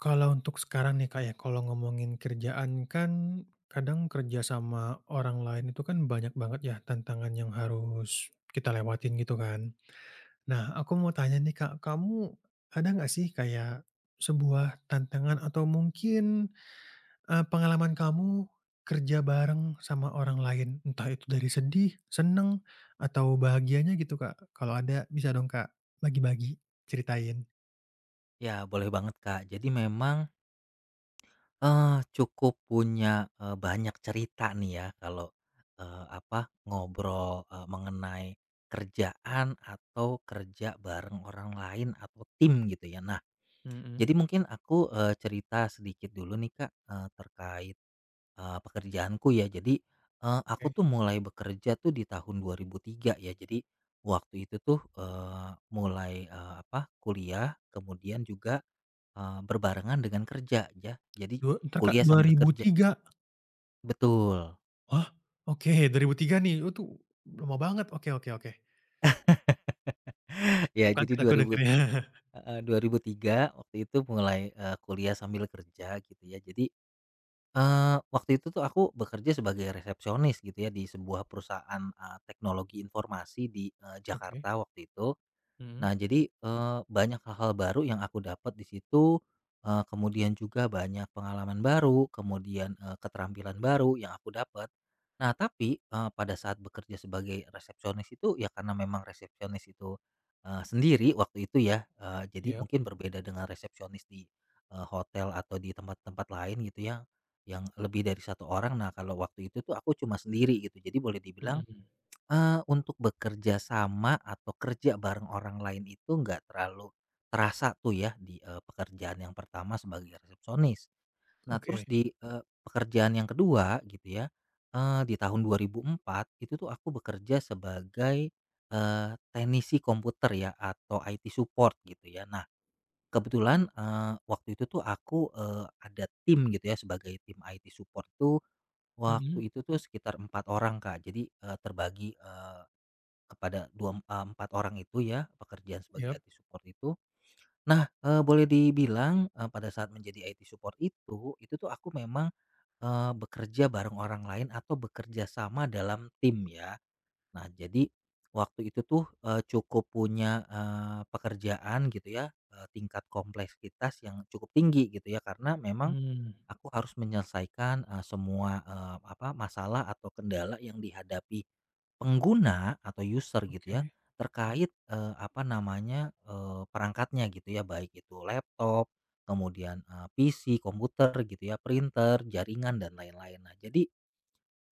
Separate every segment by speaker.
Speaker 1: Kalau untuk sekarang nih Kak ya, kalau ngomongin kerjaan kan kadang kerja sama orang lain itu kan banyak banget ya tantangan yang harus kita lewatin gitu kan. Nah, aku mau tanya nih Kak, kamu ada nggak sih kayak sebuah tantangan atau mungkin, pengalaman kamu kerja bareng sama orang lain? Entah itu dari sedih, seneng, atau bahagianya gitu Kak? Kalau ada bisa dong Kak bagi-bagi, ceritain.
Speaker 2: Ya, boleh banget, Kak. Jadi memang, cukup punya, banyak cerita nih ya kalau, ngobrol, mengenai kerjaan atau kerja bareng orang lain atau tim gitu ya. Nah,
Speaker 1: Mhm.
Speaker 2: jadi mungkin aku, cerita sedikit dulu nih, Kak, terkait, pekerjaanku ya. Jadi, aku
Speaker 1: Oke.
Speaker 2: tuh mulai bekerja tuh di tahun 2003 ya. Jadi waktu itu tuh, mulai, kuliah kemudian juga berbarengan dengan kerja ya, jadi
Speaker 1: Dua entar Kak,
Speaker 2: kuliah sambil kerja.
Speaker 1: 2003.
Speaker 2: Betul.
Speaker 1: Wah, oke, 2003 nih, itu lama banget. Oke, oke, oke.
Speaker 2: Ya
Speaker 1: Cukup
Speaker 2: jadi
Speaker 1: kaget aku
Speaker 2: 2000
Speaker 1: dengernya.
Speaker 2: heeh, 2003 waktu itu mulai, kuliah sambil kerja gitu ya. Jadi, waktu itu tuh aku bekerja sebagai resepsionis gitu ya di sebuah perusahaan, teknologi informasi di,
Speaker 1: Oke,
Speaker 2: Jakarta waktu itu.
Speaker 1: mhm,
Speaker 2: Nah, jadi, banyak hal-hal baru yang aku dapat di situ, kemudian juga banyak pengalaman baru, kemudian, keterampilan baru yang aku dapat. Nah, tapi, pada saat bekerja sebagai resepsionis itu ya karena memang resepsionis itu, sendiri waktu itu ya, jadi
Speaker 1: yap.
Speaker 2: mungkin berbeda dengan resepsionis di, hotel atau di tempat-tempat lain gitu ya, yang lebih dari satu orang. Nah, kalau waktu itu tuh aku cuma sendiri gitu, jadi boleh dibilang
Speaker 1: Mhm.
Speaker 2: Untuk bekerja sama atau kerja bareng orang lain itu nggak terlalu terasa tuh ya di, pekerjaan yang pertama sebagai resepsionis. Nah terus
Speaker 1: Oke.
Speaker 2: di, pekerjaan yang kedua gitu ya, di tahun 2004 itu tuh aku bekerja sebagai, teknisi komputer ya atau IT support gitu ya. Nah kebetulan, waktu itu tuh aku, ada tim gitu ya sebagai tim IT support tuh
Speaker 1: Mhm.
Speaker 2: waktu itu tuh sekitar 4 orang, Kak. Jadi, terbagi, kepada 4 orang itu ya, pekerjaan sebagai
Speaker 1: Yap.
Speaker 2: IT support itu. Nah, boleh dibilang, pada saat menjadi IT support itu tuh aku memang, bekerja bareng orang lain atau bekerja sama dalam tim ya. Nah, jadi waktu itu tuh, cukup punya, pekerjaan gitu ya, tingkat kompleksitas yang cukup tinggi gitu ya, karena memang
Speaker 1: Mmm.
Speaker 2: aku harus menyelesaikan, semua, masalah atau kendala yang dihadapi pengguna atau user gitu ya,
Speaker 1: Oke,
Speaker 2: terkait, eee, apa namanya, eee, perangkatnya gitu ya, baik itu laptop, kemudian, PC, komputer gitu ya, printer, jaringan, dan lain-lain. Nah, jadi,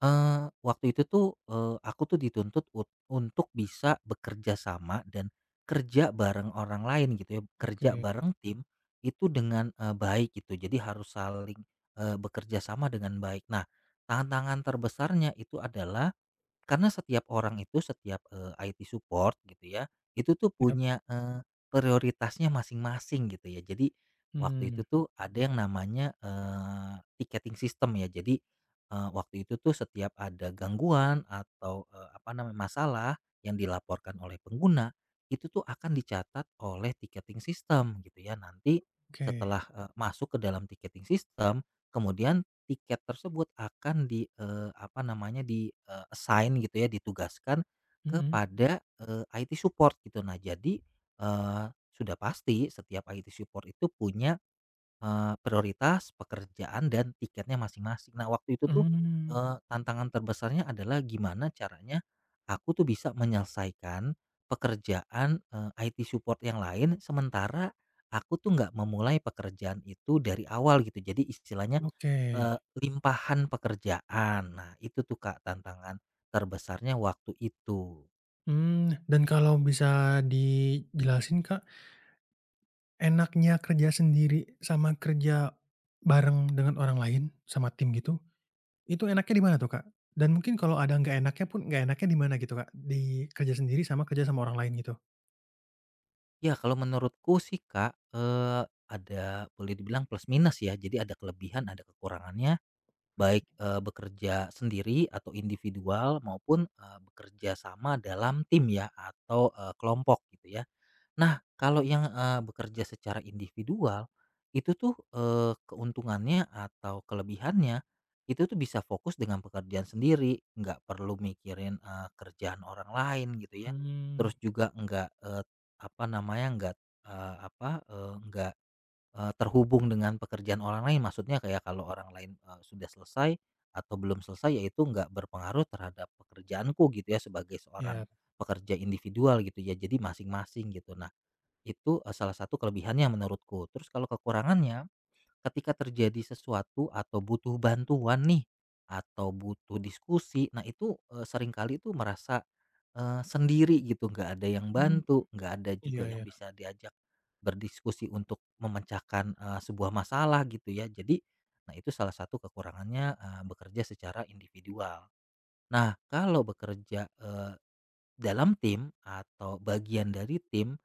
Speaker 2: waktu itu tuh, aku tuh dituntut untuk bisa bekerja sama dan kerja bareng orang lain gitu ya, kerja
Speaker 1: oke,
Speaker 2: bareng tim itu dengan, baik gitu. Jadi harus saling, bekerja sama dengan baik. Nah, tantangan terbesarnya itu adalah karena setiap orang itu, setiap, IT support gitu ya, itu tuh
Speaker 1: yap.
Speaker 2: punya, prioritasnya masing-masing gitu ya. Jadi waktu itu
Speaker 1: Mmm.
Speaker 2: tuh ada yang namanya, ticketing system ya. Jadi, waktu itu tuh setiap ada gangguan atau, masalah yang dilaporkan oleh pengguna, itu tuh akan dicatat oleh ticketing system gitu ya. Nanti
Speaker 1: Oke.
Speaker 2: setelah, masuk ke dalam ticketing system, kemudian tiket tersebut akan di, eee, apa namanya, di, eee, assign gitu ya, ditugaskan
Speaker 1: Mhm.
Speaker 2: kepada, IT support gitu. Nah jadi, eee, sudah pasti setiap IT support itu punya prioritas, pekerjaan, dan tiketnya masing-masing. Nah, waktu itu tuh,
Speaker 1: Mmm,
Speaker 2: tantangan terbesarnya adalah gimana caranya aku tuh bisa menyelesaikan pekerjaan, IT support yang lain, sementara aku tuh nggak memulai pekerjaan itu dari awal gitu. Jadi istilahnya,
Speaker 1: oke.
Speaker 2: limpahan pekerjaan. Nah, itu tuh, Kak, tantangan terbesarnya waktu itu.
Speaker 1: Mmm, dan kalau bisa dijelasin, Kak, enaknya kerja sendiri sama kerja bareng dengan orang lain, sama tim gitu? Itu enaknya di mana tuh, Kak? Dan mungkin kalau ada nggak enaknya pun, nggak enaknya di mana gitu, Kak? Di kerja sendiri sama kerja sama orang lain gitu?
Speaker 2: Ya, kalau menurutku sih, Kak, ada boleh dibilang plus minus ya. Jadi ada kelebihan, ada kekurangannya.
Speaker 1: Oke.
Speaker 2: Baik, bekerja sendiri atau individual maupun, bekerja sama dalam tim ya atau, kelompok gitu ya. Nah kalau yang, bekerja secara individual, itu tuh, keuntungannya atau kelebihannya, itu tuh bisa fokus dengan pekerjaan sendiri, nggak perlu mikirin, kerjaan orang lain gitu ya.
Speaker 1: Mmm.
Speaker 2: Terus juga nggak, nggak, nggak terhubung dengan pekerjaan orang lain, maksudnya kayak kalau orang lain, sudah selesai atau belum selesai, yaitu nggak berpengaruh terhadap pekerjaanku gitu ya, sebagai
Speaker 1: Iya.
Speaker 2: seorang pekerja individual gitu ya, jadi masing-masing gitu. Nah, itu, salah satu kelebihannya menurutku. Terus kalau kekurangannya ketika terjadi sesuatu atau butuh bantuan nih, atau butuh diskusi, nah itu, seringkali itu merasa, sendiri gitu, nggak ada yang
Speaker 1: Mmm,
Speaker 2: bantu, nggak ada
Speaker 1: iya,
Speaker 2: juga yang
Speaker 1: iya.
Speaker 2: bisa diajak berdiskusi untuk memecahkan, sebuah masalah gitu ya. Jadi, nah itu salah satu kekurangannya, bekerja secara individual. Nah, kalau bekerja, dalam tim atau bagian dari tim,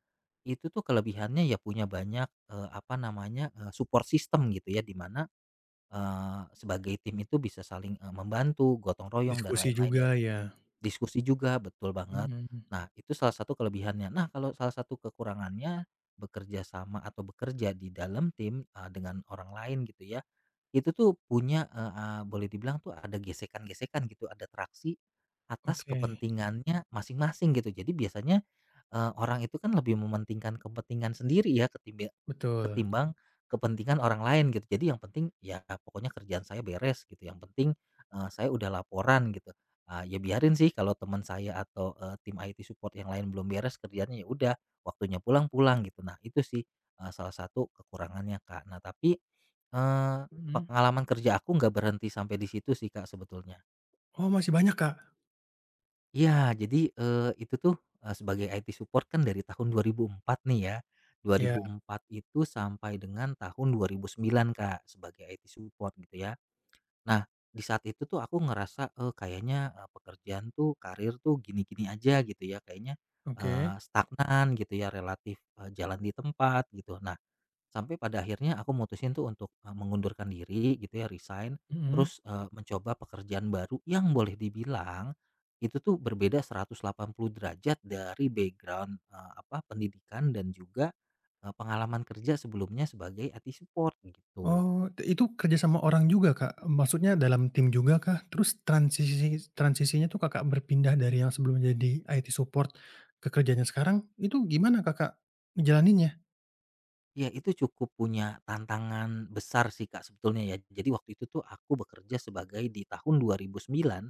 Speaker 2: itu tuh kelebihannya ya punya banyak, eee, apa namanya, eee, support system gitu ya, di mana sebagai tim itu bisa saling, membantu, gotong royong dan
Speaker 1: Diskusi
Speaker 2: lain-lain ya.
Speaker 1: juga ya?
Speaker 2: Diskusi juga, betul banget.
Speaker 1: Mhm.
Speaker 2: Nah, itu salah satu kelebihannya. Nah, kalau salah satu kekurangannya bekerja sama atau bekerja di dalam tim, dengan orang lain gitu ya, itu tuh punya, eee eee, boleh dibilang tuh ada gesekan-gesekan gitu, ada traksi atas
Speaker 1: Oke,
Speaker 2: kepentingannya masing-masing gitu. Jadi biasanya, orang itu kan lebih mementingkan kepentingan sendiri ya ketimbang
Speaker 1: betul.
Speaker 2: ketimbang kepentingan orang lain gitu. Jadi yang penting ya pokoknya kerjaan saya beres gitu, yang penting, saya udah laporan gitu. Ah, ya biarin sih kalau teman saya atau, tim IT support yang lain belum beres kerjaannya, ya udah waktunya pulang, pulang gitu. Nah itu sih, salah satu kekurangannya, Kak. Nah tapi, eee,
Speaker 1: Mhm.
Speaker 2: pengalaman kerja aku nggak berhenti sampai di situ sih, Kak, sebetulnya.
Speaker 1: Oh, masih banyak, Kak?
Speaker 2: Iya jadi, itu tuh, sebagai IT support kan dari tahun 2004 nih ya,
Speaker 1: Iya.
Speaker 2: 2004 itu sampai dengan tahun 2009, Kak, sebagai IT support gitu ya. Nah, di saat itu tuh aku ngerasa, kayaknya, pekerjaan tuh, karir tuh gini-gini aja gitu ya, kayaknya,
Speaker 1: Oke,
Speaker 2: stagnan gitu ya, relatif, jalan di tempat gitu. Nah, sampai pada akhirnya aku mutusin tuh untuk, mengundurkan diri gitu ya, resign,
Speaker 1: mhm.
Speaker 2: terus, mencoba pekerjaan baru yang boleh dibilang itu tuh berbeda 180 derajat dari background, pendidikan dan juga, pengalaman kerja sebelumnya sebagai IT support gitu.
Speaker 1: Oh, itu kerja sama orang juga, Kak? Maksudnya dalam tim juga kah? Terus transisinya tuh Kakak berpindah dari yang sebelumnya jadi IT support ke kerjanya sekarang, itu gimana Kakak ngejalaninnya?
Speaker 2: Ya itu cukup punya tantangan besar sih, Kak, sebetulnya ya. Jadi waktu itu tuh aku bekerja sebagai di tahun 2009,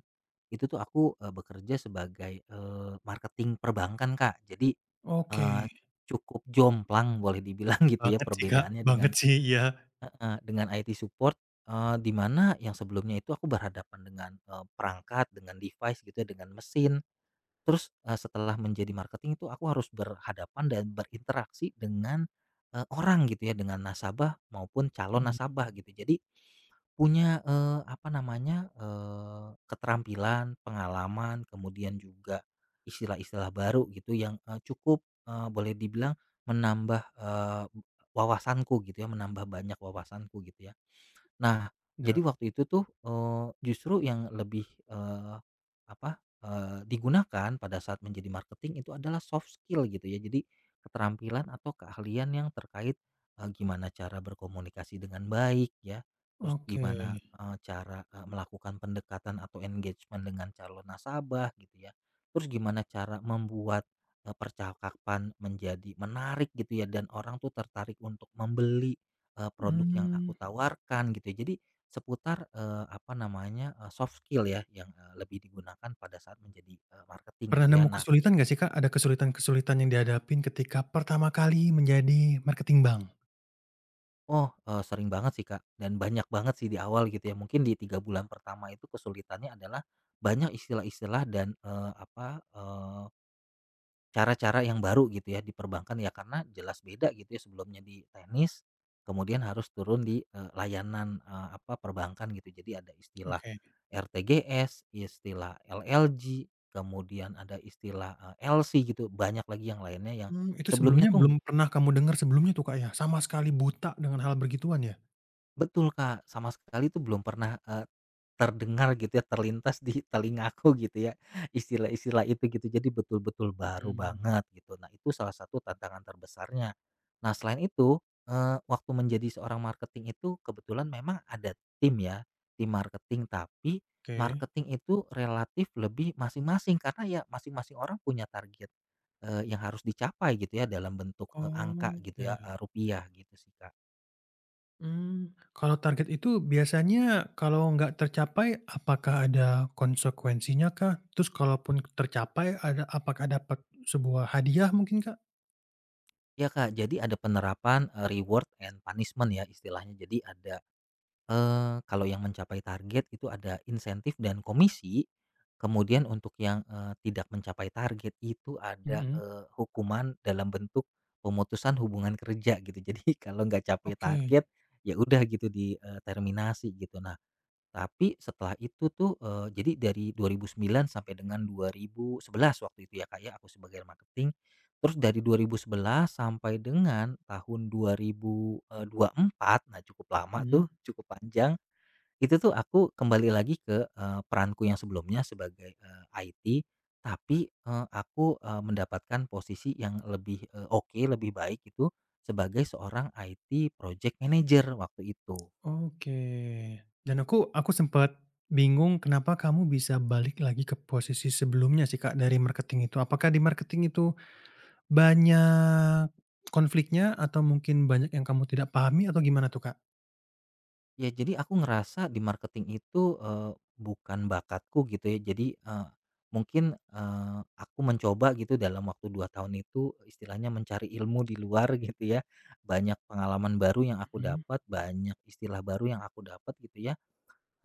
Speaker 2: itu tuh aku, bekerja sebagai, marketing perbankan, Kak. Jadi,
Speaker 1: Oke.
Speaker 2: eee, cukup jomplang boleh dibilang gitu ya
Speaker 1: Banget sih, Kak,
Speaker 2: perbedaannya dengan
Speaker 1: banget sih, iya.
Speaker 2: heeh, dengan IT support, di mana yang sebelumnya itu aku berhadapan dengan, perangkat, dengan device gitu ya, dengan mesin. Terus, setelah menjadi marketing itu aku harus berhadapan dan berinteraksi dengan, orang gitu ya, dengan nasabah maupun calon
Speaker 1: Mhm.
Speaker 2: nasabah gitu. Jadi punya, eee, apa namanya, eee, keterampilan, pengalaman, kemudian juga istilah-istilah baru gitu yang, cukup, boleh dibilang menambah, wawasanku gitu ya, menambah banyak wawasanku gitu ya. Nah,
Speaker 1: Nah.
Speaker 2: jadi waktu itu tuh, justru yang lebih, apa, digunakan pada saat menjadi marketing itu adalah soft skill gitu ya. Jadi keterampilan atau keahlian yang terkait, gimana cara berkomunikasi dengan baik ya, terus
Speaker 1: Oke.
Speaker 2: gimana, cara, melakukan pendekatan atau engagement dengan calon nasabah gitu ya. Terus gimana cara membuat, percakapan menjadi menarik gitu ya dan orang tuh tertarik untuk membeli produk yang aku
Speaker 1: Mmm.
Speaker 2: tawarkan gitu ya. Jadi seputar, eee, apa namanya, eee, soft skill ya yang, lebih digunakan pada saat menjadi, marketing
Speaker 1: Pernah
Speaker 2: gitu ya.
Speaker 1: nemu
Speaker 2: Nah,
Speaker 1: kesulitan nggak sih, Kak? Ada kesulitan-kesulitan yang dihadapin ketika pertama kali menjadi marketing bank?
Speaker 2: oh, sering banget sih, Kak, dan banyak banget sih di awal gitu ya. Mungkin di 3 bulan pertama itu kesulitannya adalah banyak istilah-istilah dan, eh, cara-cara yang baru gitu ya di perbankan ya karena jelas beda gitu ya sebelumnya di tenis, kemudian harus turun di, layanan, perbankan gitu. Jadi ada istilah
Speaker 1: Oke.
Speaker 2: RTGS, istilah LLG, kemudian ada istilah, LC gitu, banyak lagi yang lainnya yang
Speaker 1: Mmm, itu
Speaker 2: sebelumnya
Speaker 1: sebelumnya
Speaker 2: tuh
Speaker 1: belum
Speaker 2: nggak-
Speaker 1: pernah kamu dengar sebelumnya tuh, Kak, ya? Sama sekali buta dengan hal begituan ya?
Speaker 2: betul, Kak, sama sekali itu belum pernah terdengar gitu ya, terlintas di telingaku, gitu ya, istilah-istilah itu gitu. Jadi betul-betul baru
Speaker 1: Mhm,
Speaker 2: banget gitu. Nah, itu salah satu tantangan terbesarnya. Nah, selain itu, waktu menjadi seorang marketing itu kebetulan memang ada tim ya, tim marketing. Tapi
Speaker 1: oke.
Speaker 2: marketing itu relatif lebih masing-masing karena ya masing-masing orang punya target, yang harus dicapai gitu ya dalam bentuk, angka gitu ya,
Speaker 1: Oke.
Speaker 2: rupiah gitu sih, Kak.
Speaker 1: Mmm, kalau target itu biasanya kalau nggak tercapai, apakah ada konsekuensinya kah? Terus kalaupun tercapai ada apakah dapat sebuah hadiah mungkin, Kak?
Speaker 2: Ya, Kak, jadi ada penerapan, reward and punishment ya istilahnya. Jadi ada kalau yang mencapai target itu ada insentif dan komisi, kemudian untuk yang, tidak mencapai target itu ada,
Speaker 1: Mhm.
Speaker 2: hukuman dalam bentuk pemutusan hubungan kerja gitu. Jadi kalau nggak capai
Speaker 1: Oke.
Speaker 2: target, ya udah gitu di, terminasi gitu. Nah tapi setelah itu tuh, jadi dari 2009 sampai dengan 2011 waktu itu ya, Kak, ya, aku sebagai marketing. Terus dari 2011 sampai dengan tahun 2000, eee, 24, nah cukup lama
Speaker 1: Mhm.
Speaker 2: tuh, cukup panjang. Itu tuh aku kembali lagi ke, peranku yang sebelumnya sebagai, IT, tapi, aku, mendapatkan posisi yang lebih, oke, lebih baik itu sebagai seorang IT project manager waktu itu.
Speaker 1: Oke. Dan aku sempat bingung kenapa kamu bisa balik lagi ke posisi sebelumnya sih, Kak, dari marketing itu. Apakah di marketing itu banyak konfliknya atau mungkin banyak yang kamu tidak pahami atau gimana tuh, Kak?
Speaker 2: Ya jadi aku ngerasa di marketing itu, bukan bakatku gitu ya jadi, mungkin, aku mencoba gitu dalam waktu 2 tahun itu istilahnya mencari ilmu di luar gitu ya, banyak pengalaman baru yang aku
Speaker 1: Mhm.
Speaker 2: dapat, banyak istilah baru yang aku dapat gitu ya.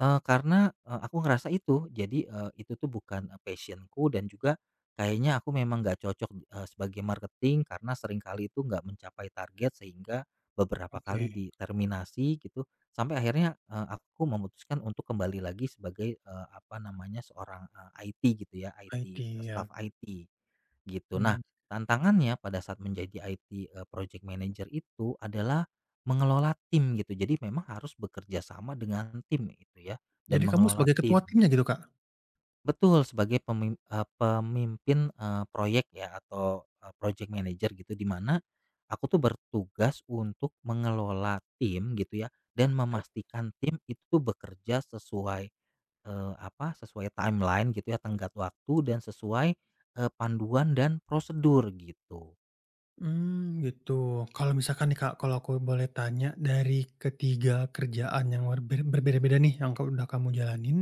Speaker 2: Karena, aku ngerasa itu. Jadi, itu tuh bukan, passion dan juga kayaknya aku memang nggak cocok, sebagai marketing karena seringkali itu nggak mencapai target sehingga beberapa
Speaker 1: Oke,
Speaker 2: kali diterminasi gitu, sampai akhirnya, aku memutuskan untuk kembali lagi sebagai, seorang, IT gitu ya,
Speaker 1: IT,
Speaker 2: IT,
Speaker 1: ya.
Speaker 2: staf IT, gitu. Nah,
Speaker 1: Mmm.
Speaker 2: tantangannya pada saat menjadi IT, project manager itu adalah mengelola tim gitu, jadi memang harus bekerja sama dengan tim itu ya, dan
Speaker 1: Jadi kamu
Speaker 2: mengelola
Speaker 1: sebagai
Speaker 2: tim.
Speaker 1: ketua timnya gitu, Kak?
Speaker 2: Betul, sebagai pemimpin, proyek ya atau, project manager gitu, di mana aku tuh bertugas untuk mengelola tim gitu ya, dan
Speaker 1: Yap.
Speaker 2: memastikan tim itu bekerja sesuai, sesuai timeline gitu ya, tenggat waktu dan sesuai, panduan dan prosedur gitu.
Speaker 1: Mmm, gitu. Kalau misalkan nih, Kak, kalau aku boleh tanya, dari ketiga kerjaan yang berbeda-beda nih yang udah kamu jalanin,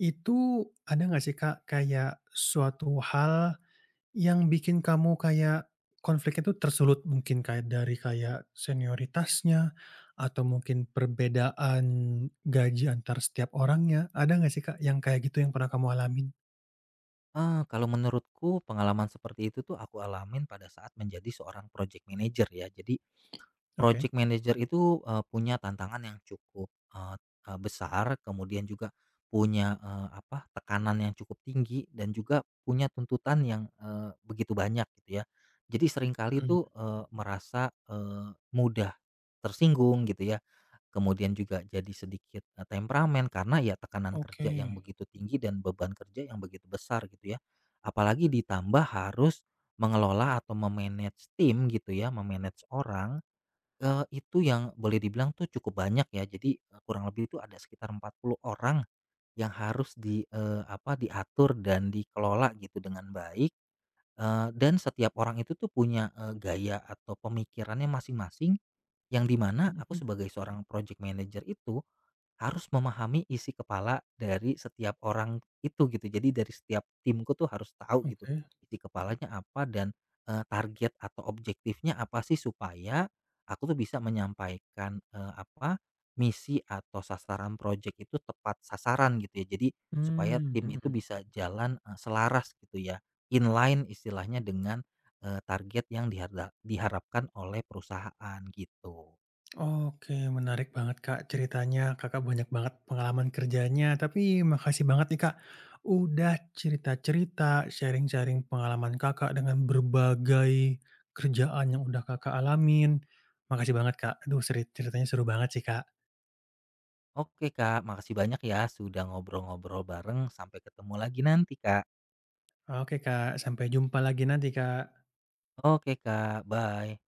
Speaker 1: itu ada nggak sih, Kak, kayak suatu hal yang bikin kamu kayak konfliknya tuh tersulut mungkin kayak dari kayak senioritasnya atau mungkin perbedaan gaji antar setiap orangnya, ada nggak sih, Kak, yang kayak gitu yang pernah kamu alamin?
Speaker 2: Kalau menurutku pengalaman seperti itu tuh aku alamin pada saat menjadi seorang project manager ya. Jadi
Speaker 1: Oke.
Speaker 2: project manager itu, punya tantangan yang cukup, eee eee, besar, kemudian juga punya, tekanan yang cukup tinggi dan juga punya tuntutan yang, begitu banyak gitu ya. Jadi seringkali tuh,
Speaker 1: Mhm.
Speaker 2: merasa, mudah tersinggung gitu ya. Kemudian juga jadi sedikit, temperamen karena ya tekanan kerja yang
Speaker 1: Oke.
Speaker 2: begitu tinggi dan beban kerja yang begitu besar gitu ya. Apalagi ditambah harus mengelola atau memanage tim gitu ya, memanage orang, itu yang boleh dibilang tuh cukup banyak ya. Jadi, kurang lebih itu ada sekitar 40 orang yang harus di, diatur dan dikelola gitu dengan baik, dan setiap orang itu tuh punya, gaya atau pemikirannya masing-masing yang dimana aku
Speaker 1: Mhm,
Speaker 2: sebagai seorang project manager itu harus memahami isi kepala dari setiap orang itu gitu. Jadi dari setiap timku tuh harus tahu gitu
Speaker 1: oke.
Speaker 2: isi kepalanya apa dan, target atau objektifnya apa sih supaya aku tuh bisa menyampaikan, misi atau sasaran projek itu tepat sasaran gitu ya. Jadi supaya
Speaker 1: Mmm,
Speaker 2: tim itu
Speaker 1: mhm.
Speaker 2: bisa jalan, selaras gitu ya, inline istilahnya dengan, target yang diharapkan oleh perusahaan gitu.
Speaker 1: Oke, menarik banget, Kak, ceritanya. Kakak banyak banget pengalaman kerjanya, tapi makasih banget nih, Kak, udah cerita-cerita, sharing-sharing pengalaman Kakak dengan berbagai kerjaan yang udah Kakak alamin. Makasih banget, Kak. Aduh seri ceritanya seru banget sih, Kak.
Speaker 2: Oke, Kak, makasih banyak ya sudah ngobrol-ngobrol bareng. Sampai ketemu lagi nanti, Kak.
Speaker 1: Oke, Kak, sampai jumpa lagi nanti, Kak.
Speaker 2: Oke, Kak, bye.